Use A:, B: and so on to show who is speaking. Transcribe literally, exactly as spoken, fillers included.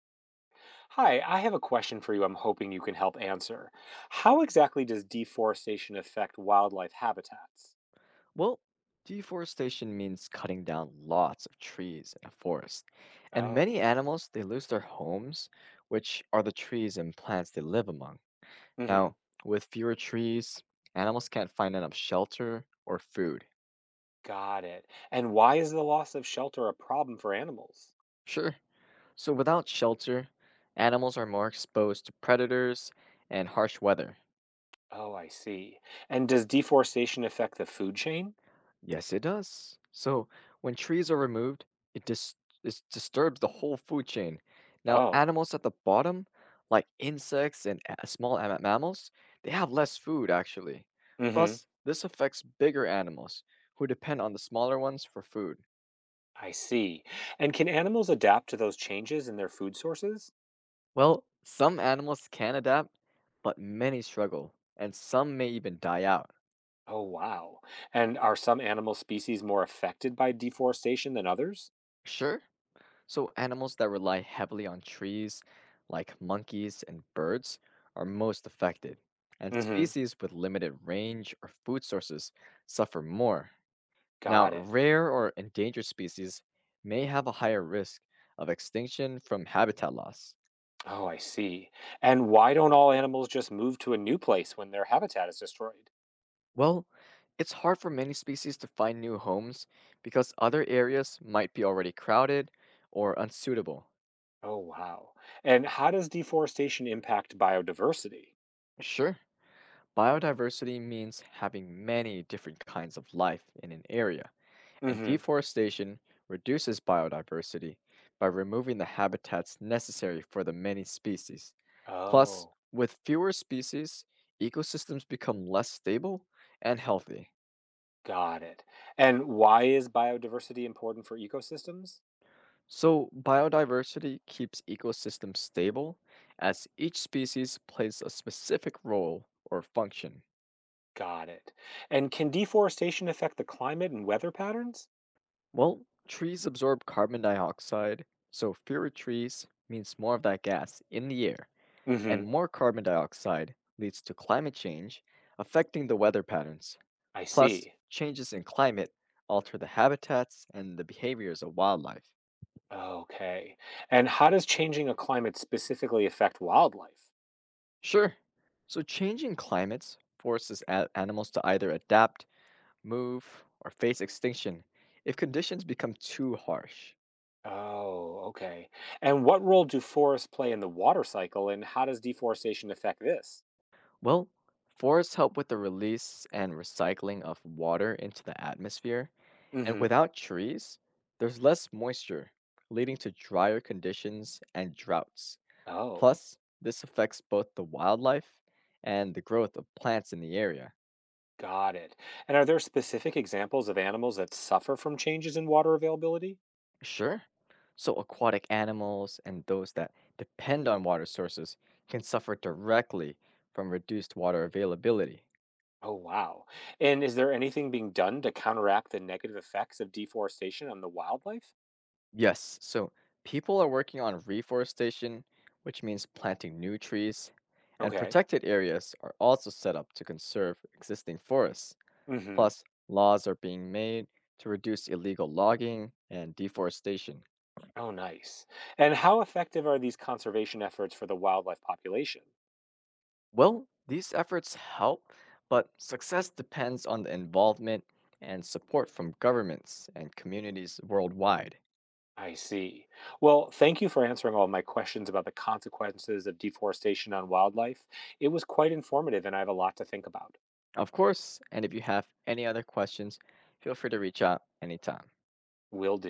A: Hi, I have a question for you I'm hoping you can help answer. How exactly does deforestation affect wildlife habitats?
B: Well, deforestation means cutting down lots of trees in a forest. And many
A: Oh,
B: animals, they lose their homes, which are the trees and plants they live among.
A: mm-hmm,
B: Now, with fewer trees, animals can't find enough shelter or food.
A: got it. And why is the loss of shelter a problem for animals?
B: Sure. So without shelter, animals are more exposed to predators and harsh weather.
A: Oh, I see. And does deforestation affect the food chain?
B: Yes, it does. So when trees are removed, it dis- it disturbs the whole food chain. Now,
A: Oh,
B: animals at the bottom, like insects and a- small am- mammals, they have less food actually.
A: mm-hmm,
B: Plus, this affects bigger animals who depend on the smaller ones for food.
A: I see. And can animals adapt to those changes in their food sources?
B: Well, some animals can adapt, but many struggle, and some may even die out.
A: Oh, wow. And are some animal species more affected by deforestation than others?
B: Sure? So, animals that rely heavily on trees, like monkeys and birds, are most affected, and
A: Mm-hmm,
B: species with limited range or food sources suffer more. Now,
A: got it.
B: rare or endangered species may have a higher risk of extinction from habitat loss.
A: Oh, I see. And why don't all animals just move to a new place when their habitat is destroyed?
B: Well, it's hard for many species to find new homes because other areas might be already crowded or unsuitable.
A: Oh, wow. And how does deforestation impact biodiversity?
B: Sure, biodiversity means having many different kinds of life in an area. And
A: Hmm.
B: deforestation reduces biodiversity by removing the habitats necessary for the many species. Plus,
A: Oh,
B: with fewer species, ecosystems become less stable and healthy.
A: got it. And why is biodiversity important for ecosystems?
B: So, biodiversity keeps ecosystems stable as each species plays a specific role or function.
A: Got it. And can deforestation affect the climate and weather patterns?
B: Well, trees absorb carbon dioxide, so fewer trees means more of that gas in the air.
A: Hmm.
B: And more carbon dioxide leads to climate change, affecting the weather patterns.
A: I
B: Plus,
A: see.
B: changes in climate alter the habitats and the behaviors of wildlife.
A: Okay. And how does changing a climate specifically affect wildlife?
B: Sure, so changing climates forces a- animals to either adapt, move, or face extinction if conditions become too harsh.
A: Oh, okay. And what role do forests play in the water cycle, and how does deforestation affect this?
B: Well, forests help with the release and recycling of water into the atmosphere. And
A: Hmm.
B: without trees, there's less moisture, leading to drier conditions and droughts.
A: Oh,
B: Plus, this affects both the wildlife and the growth of plants in the area.
A: got it. And are there specific examples of animals that suffer from changes in water availability?
B: Sure, so aquatic animals and those that depend on water sources can suffer directly from reduced water availability.
A: Oh, wow. And is there anything being done to counteract the negative effects of deforestation on the wildlife?
B: Yes, so people are working on reforestation, which means planting new trees, and
A: Okay.
B: protected areas are also set up to conserve existing forests.
A: Mm-hmm.
B: Plus, laws are being made to reduce illegal logging and deforestation.
A: Oh, nice. And how effective are these conservation efforts for the wildlife population?
B: Well, these efforts help, but success depends on the involvement and support from governments and communities worldwide.
A: I see. Well, thank you for answering all my questions about the consequences of deforestation on wildlife. It was quite informative, and I have a lot to think about.
B: Of course, and if you have any other questions, feel free to reach out anytime.
A: Will do.